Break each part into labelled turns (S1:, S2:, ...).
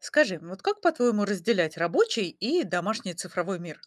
S1: Скажи, вот как, по-твоему, разделять рабочий и домашний цифровой мир?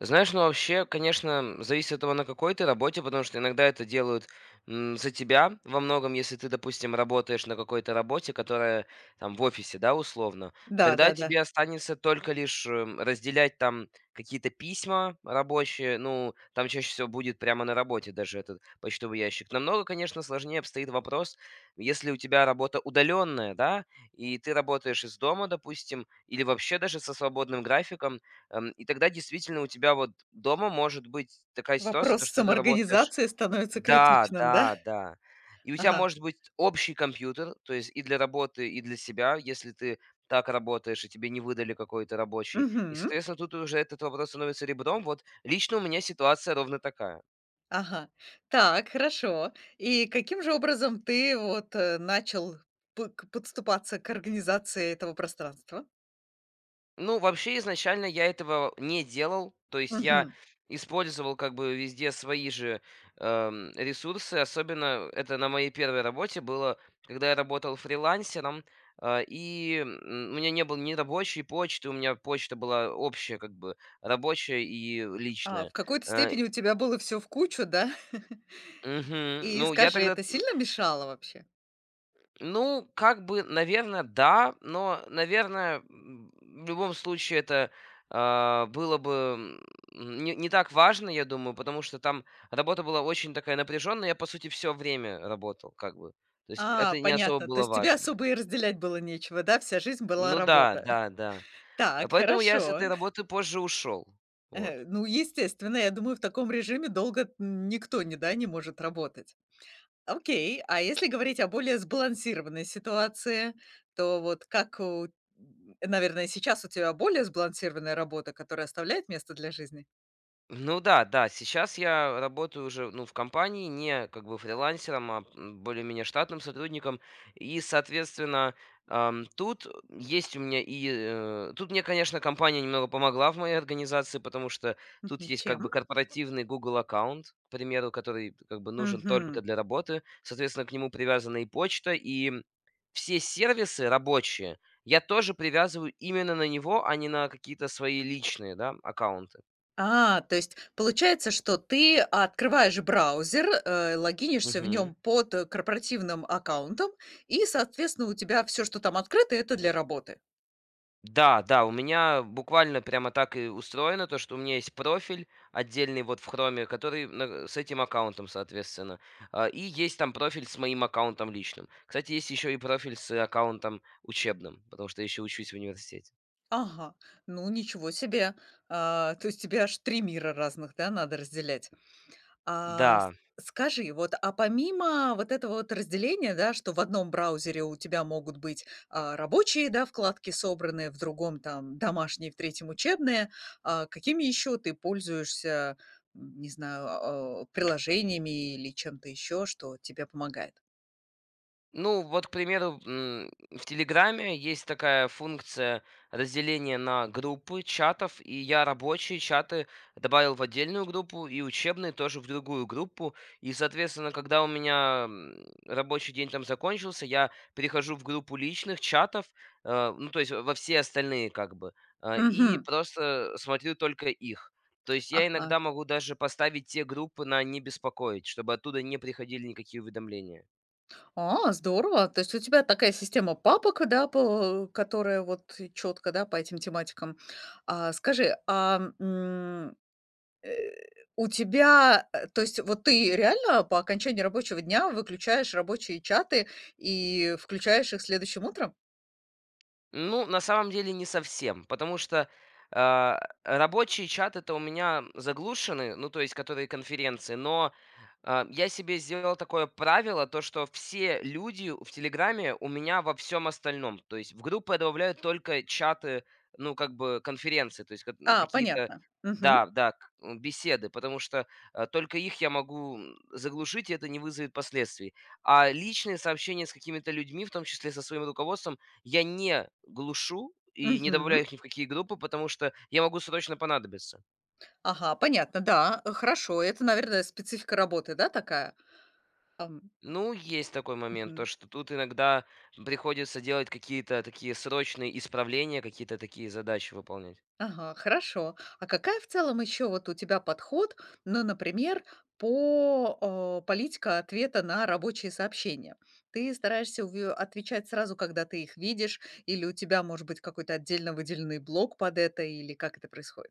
S2: Знаешь, ну вообще, конечно, зависит от того, на какой ты работе, потому что иногда это делают за тебя во многом, если ты, допустим, работаешь на какой-то работе, которая там в офисе, да, условно, тогда
S1: Да-да-да.
S2: тебе останется только лишь разделять там какие-то письма рабочие, ну, там чаще всего будет прямо на работе даже этот почтовый ящик. Намного, конечно, сложнее обстоит вопрос, если у тебя работа удаленная, да, и ты работаешь из дома, допустим, или вообще даже со свободным графиком. И тогда действительно у тебя вот дома может быть такая ситуация,
S1: Вопрос
S2: то, что ты работаешь.
S1: самоорганизации становится
S2: Да,
S1: критичным, да?
S2: да, да. И у тебя
S1: Ага.
S2: может быть общий компьютер, то есть и для работы, и для себя, если ты так работаешь, и тебе не выдали какой-то рабочий. И,
S1: Мгм.
S2: соответственно, тут уже этот вопрос становится ребром. Вот лично у меня ситуация ровно такая.
S1: Ага. Так, хорошо. И каким же образом ты вот начал подступаться к организации этого пространства?
S2: Ну, вообще, изначально я этого не делал. То есть я
S1: Мгм.
S2: использовал как бы везде свои же ресурсы. Особенно это на моей первой работе было, когда я работал фрилансером. И у меня не было ни рабочей почты, у меня почта была общая, как бы рабочая и личная.
S1: В какой-то
S2: Э,
S1: степени у тебя было все в кучу, да?
S2: Мгм.
S1: И
S2: Ну, я
S1: скажи,
S2: тогда.
S1: это сильно мешало вообще?
S2: Ну, как бы, наверное, да, но, наверное, в любом случае это было бы не так важно, я думаю, потому что там работа была очень такая напряженная, я, по сути, все время работал, как бы. То есть это не особо
S1: Понятно. То
S2: было
S1: есть тебе
S2: важно.
S1: особо и разделять было нечего, да? Вся жизнь была
S2: Ну да,
S1: работа.
S2: да, да.
S1: Так,
S2: Поэтому я с
S1: хорошо.
S2: этой работы позже ушел. Вот.
S1: Ну, естественно, я думаю, в таком режиме долго никто, не, да, не может работать. Окей, а если говорить о более сбалансированной ситуации, то вот как наверное, сейчас у тебя более сбалансированная работа, которая оставляет место для жизни?
S2: Ну да, да, сейчас я работаю уже, ну, в компании, не как бы фрилансером, а более-менее штатным сотрудником. И, соответственно, тут есть у меня и... э, тут мне, конечно, компания немного помогла в моей организации, потому что тут
S1: Мгм.
S2: есть как бы
S1: Чем?
S2: корпоративный Google аккаунт, к примеру, который как бы нужен только
S1: Мгм.
S2: для работы. Соответственно, к нему привязана и почта, и все сервисы рабочие я тоже привязываю именно на него, а не на какие-то свои личные, да, аккаунты.
S1: То есть получается, что ты открываешь браузер, логинишься в
S2: Мгм.
S1: нем под корпоративным аккаунтом, и, соответственно, у тебя все, что там открыто, это для работы.
S2: Да, да, у меня буквально прямо так и устроено, то, что у меня есть профиль отдельный вот в Хроме, который с этим аккаунтом, соответственно. И есть там профиль с моим аккаунтом личным. Кстати, есть еще и профиль с аккаунтом учебным, потому что я еще учусь в университете.
S1: Ага, ну, ничего себе. То есть тебе аж 3 мира разных, да, надо разделять. А, с
S2: Да.
S1: скажи, вот, а помимо вот этого вот разделения, да, что в одном браузере у тебя могут быть рабочие, да, вкладки собраны, в другом там домашние, в третьем учебные, какими еще ты пользуешься, не знаю, приложениями или чем-то еще, что тебе помогает?
S2: Ну, вот, к примеру, в "Телеграме" есть такая функция разделения на группы чатов, и я рабочие чаты добавил в отдельную группу и учебные тоже в другую группу. И, соответственно, когда у меня, рабочий день там закончился, я перехожу в группу личных чатов, ну, то есть во все остальные как бы, и
S1: Мгм.
S2: просто смотрю только их. То есть я
S1: Ага.
S2: иногда могу даже поставить те группы на "не беспокоить", чтобы оттуда не приходили никакие уведомления.
S1: Здорово. То есть у тебя такая система папок, да, по которая вот четко, да, по этим тематикам. А скажи, Э, у тебя, то есть вот ты реально по окончании рабочего дня выключаешь рабочие чаты и включаешь их следующим утром?
S2: Ну, на самом деле не совсем, потому что рабочие чаты-то у меня заглушены, ну, то есть, которые конференции, но я себе сделал такое правило, то что все люди в "Телеграме" у меня во всем остальном. То есть в группы я добавляю только чаты, ну, как бы конференции, то есть как какие-то
S1: Понятно. Мгм.
S2: да, да, беседы, потому что только их я могу заглушить, и это не вызовет последствий. А личные сообщения с какими-то людьми, в том числе со своим руководством, я не глушу и не
S1: Мгм.
S2: добавляю их ни в какие группы, потому что я могу срочно понадобиться.
S1: Ага, понятно, да, хорошо. Это, наверное, специфика работы, да, такая? Ам,
S2: Ну, есть такой момент, то
S1: мгм.
S2: что тут иногда приходится делать какие-то такие срочные исправления, какие-то такие задачи выполнять.
S1: Ага, хорошо. А какая в целом еще вот у тебя подход, ну, например, политика ответа на рабочие сообщения? Ты стараешься отвечать сразу, когда ты их видишь, или у тебя может быть какой-то отдельно выделенный блок под это, или как это происходит?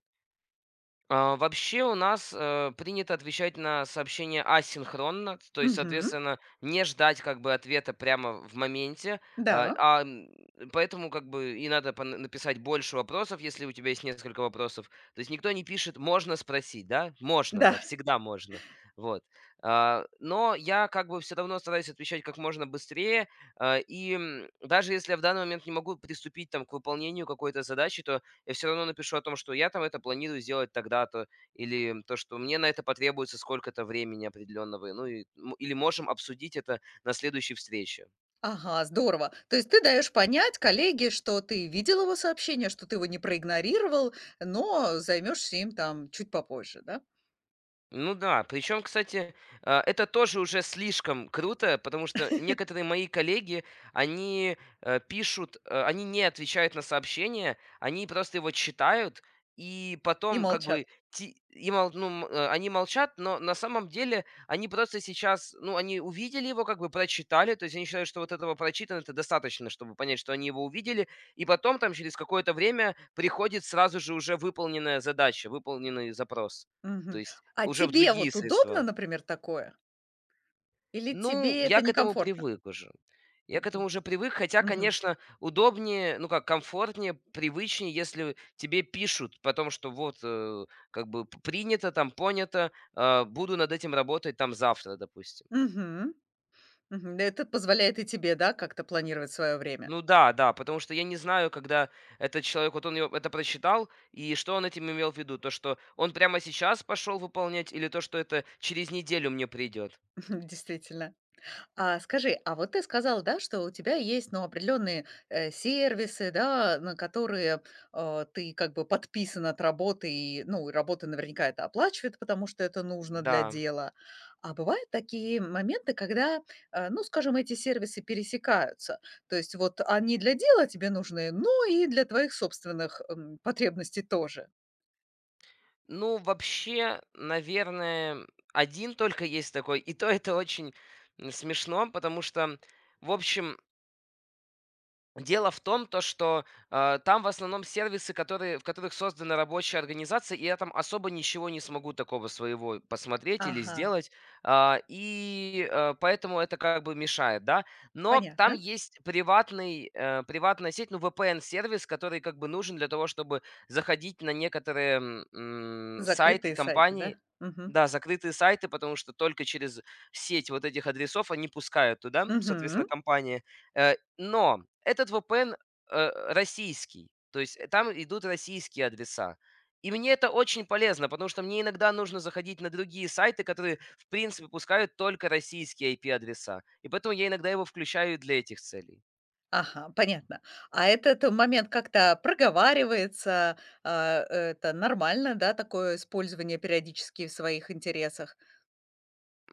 S2: Вообще у нас, принято отвечать на сообщения асинхронно, то есть,
S1: Угу.
S2: соответственно, не ждать как бы ответа прямо в моменте. А,
S1: Да,
S2: а, м, поэтому как бы и надо пон написать больше вопросов, если у тебя есть несколько вопросов. То есть никто не пишет: "Можно спросить?" Да? Можно, да,
S1: да.
S2: всегда можно. Вот. Но я как бы все равно стараюсь отвечать как можно быстрее. И, даже если я в данный момент не могу приступить там к выполнению какой-то задачи, то я все равно напишу о том, что я там это планирую сделать тогда-то, или то, что мне на это потребуется сколько-то времени определенного, ну и, или можем обсудить это на следующей встрече.
S1: Ага, здорово. То есть ты даешь понять коллеге, что ты видел его сообщение, что ты его не проигнорировал, но займешься им там чуть попозже, да?
S2: Ну да, причем, кстати, это тоже уже слишком круто, потому что некоторые мои коллеги, они пишут, они не отвечают на сообщения, они просто его читают, и
S1: И
S2: потом как
S1: молчат.
S2: бы ну, они молчат, но на самом деле они просто сейчас, ну, они увидели его, как бы прочитали, то есть они считают, что вот этого прочитано это достаточно, чтобы понять, что они его увидели, и потом там через какое-то время приходит сразу же уже выполненная задача, выполненный запрос. То
S1: Мгм.
S2: есть
S1: А
S2: уже в
S1: тебе
S2: другие
S1: вот удобно,
S2: средства.
S1: например, такое? Или
S2: Ну,
S1: тебе
S2: я
S1: это
S2: к этому
S1: некомфортно?
S2: привык уже. Я к этому
S1: Мгм.
S2: уже привык, хотя,
S1: Мгм.
S2: конечно, удобнее, ну как, комфортнее, привычнее, если тебе пишут потом, что вот, как бы принято, там понято, буду над этим работать там завтра, допустим.
S1: Мгм. Мгм. Да, это позволяет и тебе, да, как-то планировать свое время.
S2: Ну да, да, потому что я не знаю, когда этот человек, вот он это прочитал, и что он этим имел в виду, то, что он прямо сейчас пошел выполнять, или то, что это через неделю мне придет.
S1: Действительно. А скажи, а вот ты сказал, да, что у тебя есть, ну, определенные сервисы, да, на которые ты как бы подписан от работы, и, ну, и работа наверняка это оплачивает, потому что это нужно для
S2: Да.
S1: дела. А бывают такие моменты, когда, ну, скажем, эти сервисы пересекаются. То есть вот они для дела тебе нужны, но и для твоих собственных потребностей тоже.
S2: Ну, вообще, наверное, один только есть такой, и то это очень смешно, потому что, в общем, дело в том, то что там в основном сервисы, которые в которых создана рабочая организация, и я там особо ничего не смогу такого своего посмотреть или
S1: Ага,
S2: сделать. И поэтому это как бы мешает, да. Но там
S1: понятно.
S2: есть приватная сеть, ну, VPN-сервис, который как бы нужен для того, чтобы заходить на некоторые сайты
S1: Закрытые сайты, да?
S2: компаний.
S1: Угу.
S2: Да, закрытые сайты, потому что только через сеть вот этих адресов они пускают туда, соответственно,
S1: Угу.
S2: компании. Но этот VPN российский, то есть, там идут российские адреса. И мне это очень полезно, потому что мне иногда нужно заходить на другие сайты, которые, в принципе, пускают только российские IP-адреса. И поэтому я иногда его включаю для этих целей.
S1: Ага, понятно. А этот момент как-то проговаривается? Это нормально, да, такое использование периодически в своих интересах?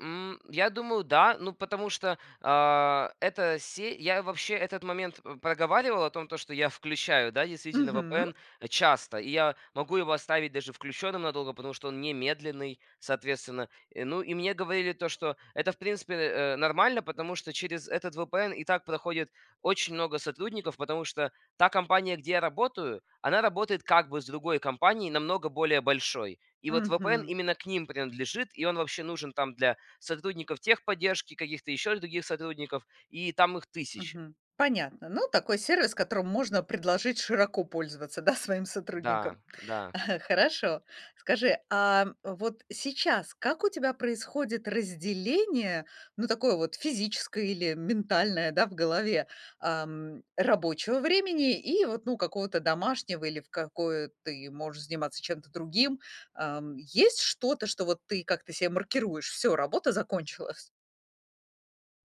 S2: Я думаю, да. Ну, потому что, а, эта се я вообще этот момент проговаривал о том, то, что я включаю, да, действительно,
S1: Мгм,
S2: VPN часто. И я могу его оставить даже включенным надолго, потому что он не медленный, соответственно. Ну, и мне говорили то, что это, в принципе, нормально, потому что через этот VPN и так проходит очень много сотрудников, потому что та компания, где я работаю, она работает как бы с другой компанией, намного более большой. И вот VPN
S1: мгм,
S2: именно к ним принадлежит, и он вообще нужен там для сотрудников техподдержки, каких-то еще других сотрудников, и там их тысячи.
S1: мгм. Понятно. Ну, такой сервис, которым можно предложить широко пользоваться, да, своим
S2: Да,
S1: сотрудникам.
S2: да.
S1: Хорошо. Скажи, а вот сейчас как у тебя происходит разделение, ну, такое вот физическое или ментальное, да, в голове, рабочего времени и вот, ну, какого-то домашнего или в какое ты можешь заниматься чем-то другим? Есть что-то, что вот ты как-то себе маркируешь: все, работа закончилась»?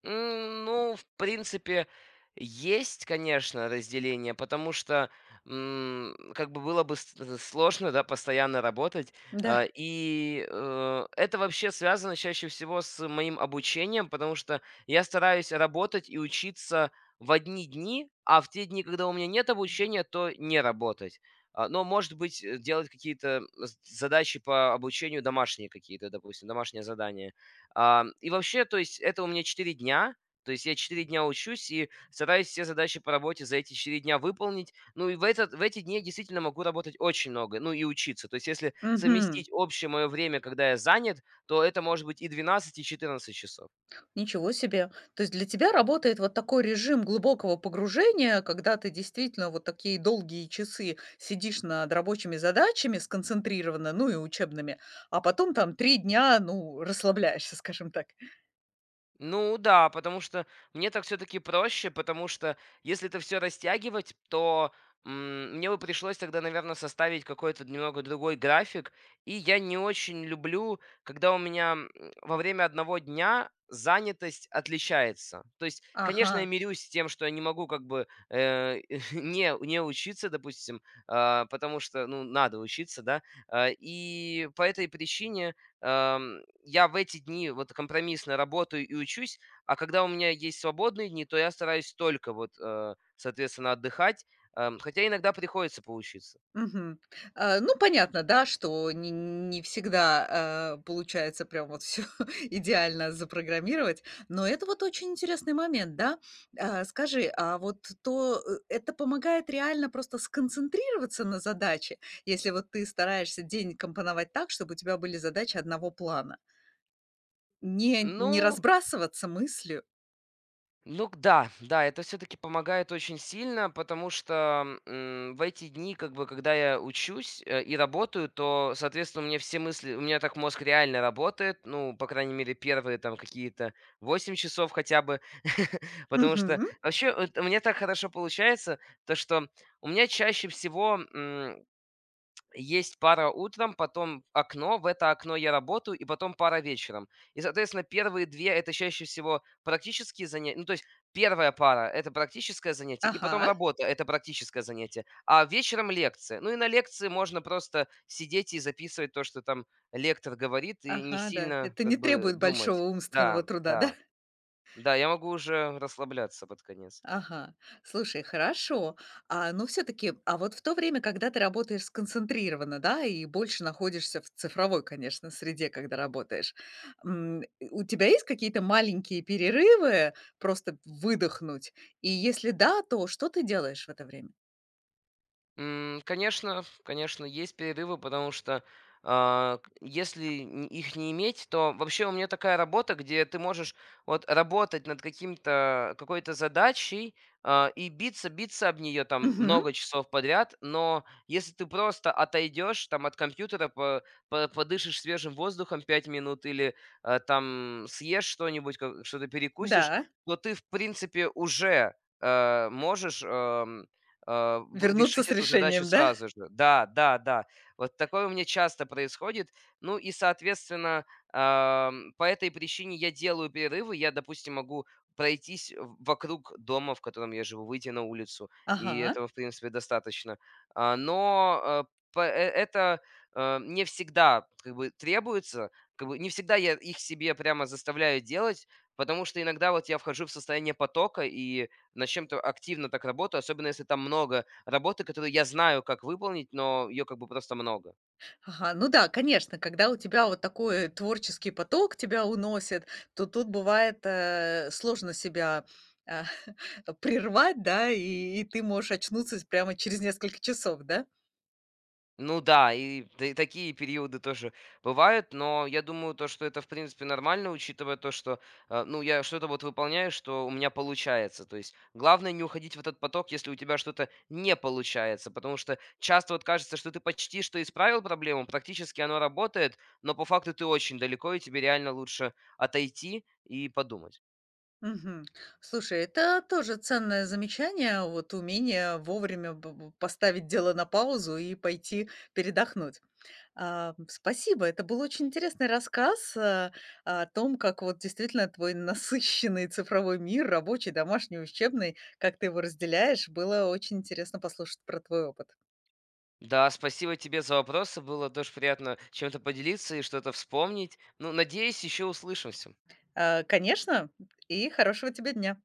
S2: Ну, в принципе, есть, конечно, разделение, потому что как бы было бы сложно, да, постоянно работать.
S1: Да.
S2: И это вообще связано чаще всего с моим обучением, потому что я стараюсь работать и учиться в одни дни, а в те дни, когда у меня нет обучения, то не работать. Но, может быть, делать какие-то задачи по обучению домашние какие-то, допустим, домашнее задание. И вообще, то есть это у меня 4 дня. То есть я 4 дня учусь и стараюсь все задачи по работе за эти 4 дня выполнить. Ну и в эти дни я действительно могу работать очень много, ну и учиться. То есть если совместить общее мое время, когда я занят, то это может быть и 12 и 14 часов.
S1: Ничего себе. То есть для тебя работает вот такой режим глубокого погружения, когда ты действительно вот такие долгие часы сидишь над рабочими задачами сконцентрированно, ну и учебными, а потом там 3 дня, ну, расслабляешься, скажем так.
S2: Ну да, потому что мне так все-таки проще, потому что если это все растягивать, то мне бы пришлось тогда, наверное, составить какой-то немного другой график. И я не очень люблю, когда у меня во время одного дня занятость отличается. То есть,
S1: Ага.
S2: конечно, я мирюсь с тем, что я не могу как бы не учиться, допустим, потому что, ну, надо учиться, да. И по этой причине я в эти дни вот компромиссно работаю и учусь, а когда у меня есть свободные дни, то я стараюсь только вот, соответственно, отдыхать, хотя иногда приходится поучиться.
S1: Мгм. Ну, понятно, да, что не всегда, получается прям вот все идеально запрограммировать, но это вот очень интересный момент, да. Скажи, а вот это помогает реально просто сконцентрироваться на задаче, если вот ты стараешься день компоновать так, чтобы у тебя были задачи одного плана? Не
S2: Ну,
S1: разбрасываться мыслью?
S2: Ну да, да, это все-таки помогает очень сильно, потому что в эти дни, как бы, когда я учусь и работаю, то, соответственно, у меня все мысли, у меня так мозг реально работает, ну, по крайней мере, первые там какие-то 8 часов хотя бы, потому что
S1: Мгм.
S2: вообще вот у меня так хорошо получается, то что у меня чаще всего есть пара утром, потом окно, в это окно я работаю, и потом пара вечером. И, соответственно, первые две это чаще всего практические занятия. Ну, то есть первая пара- это практическое занятие, и потом
S1: Ага,
S2: работа- это практическое занятие, а вечером лекция. Ну, и на лекции можно просто сидеть и записывать то, что там лектор говорит, и не
S1: ага, да.
S2: сильно
S1: Это
S2: как
S1: не
S2: бы
S1: требует
S2: думать.
S1: большого умственного
S2: Да,
S1: труда,
S2: да,
S1: да?
S2: да, я могу уже расслабляться под конец.
S1: Ага. Слушай, хорошо. Ну, все таки а вот в то время, когда ты работаешь сконцентрированно, да, и больше находишься в цифровой, конечно, среде, когда работаешь, м, у тебя есть какие-то маленькие перерывы, просто выдохнуть? И если да, то что ты делаешь в это время?
S2: Конечно, конечно, есть перерывы, потому что а, к если н их не иметь, то вообще у меня такая работа, где ты можешь вот работать над каким-то какой-то задачей, и биться об нее там
S1: Мгм.
S2: много часов подряд. Но если ты просто отойдешь там от компьютера, по подышишь свежим воздухом 5 минут или, там съешь что-нибудь, ка что-то перекусишь,
S1: Да.
S2: то ты, в принципе, уже, можешь, э, в
S1: Вернуться
S2: решить
S1: с
S2: эту задачу
S1: решением, да?
S2: сразу же. Да, да, да. Вот такое у меня часто происходит. Ну и, соответственно, по этой причине я делаю перерывы. Я, допустим, могу пройтись вокруг дома, в котором я живу, выйти на улицу, и
S1: Ага.
S2: этого, в принципе, достаточно. Но это не всегда как бы требуется, как бы не всегда я их себе прямо заставляю делать, потому что иногда вот я вхожу в состояние потока и над чем-то активно так работаю, особенно если там много работы, которую я знаю, как выполнить, но ее как бы просто много.
S1: Ага, ну да, конечно, когда у тебя вот такой творческий поток тебя уносит, то тут бывает, сложно себя, э, прервать, да, и ты можешь очнуться прямо через несколько часов, да?
S2: Ну да, и такие периоды тоже бывают, но я думаю, то, что это, в принципе, нормально, учитывая то, что, ну, я что-то вот выполняю, что у меня получается. То есть главное не уходить в этот поток, если у тебя что-то не получается, потому что часто вот кажется, что ты почти что исправил проблему, практически оно работает, но по факту ты очень далеко, и тебе реально лучше отойти и подумать.
S1: Мгм. Слушай, это тоже ценное замечание, вот умение вовремя б б поставить дело на паузу и пойти передохнуть. Спасибо. Это был очень интересный рассказ, о том, как вот действительно твой насыщенный цифровой мир, рабочий, домашний, учебный, как ты его разделяешь. Было очень интересно послушать про твой опыт.
S2: Да, спасибо тебе за вопросы. Было тоже приятно чем-то поделиться и что-то вспомнить. Ну, надеюсь, еще услышимся.
S1: Конечно, и хорошего тебе дня.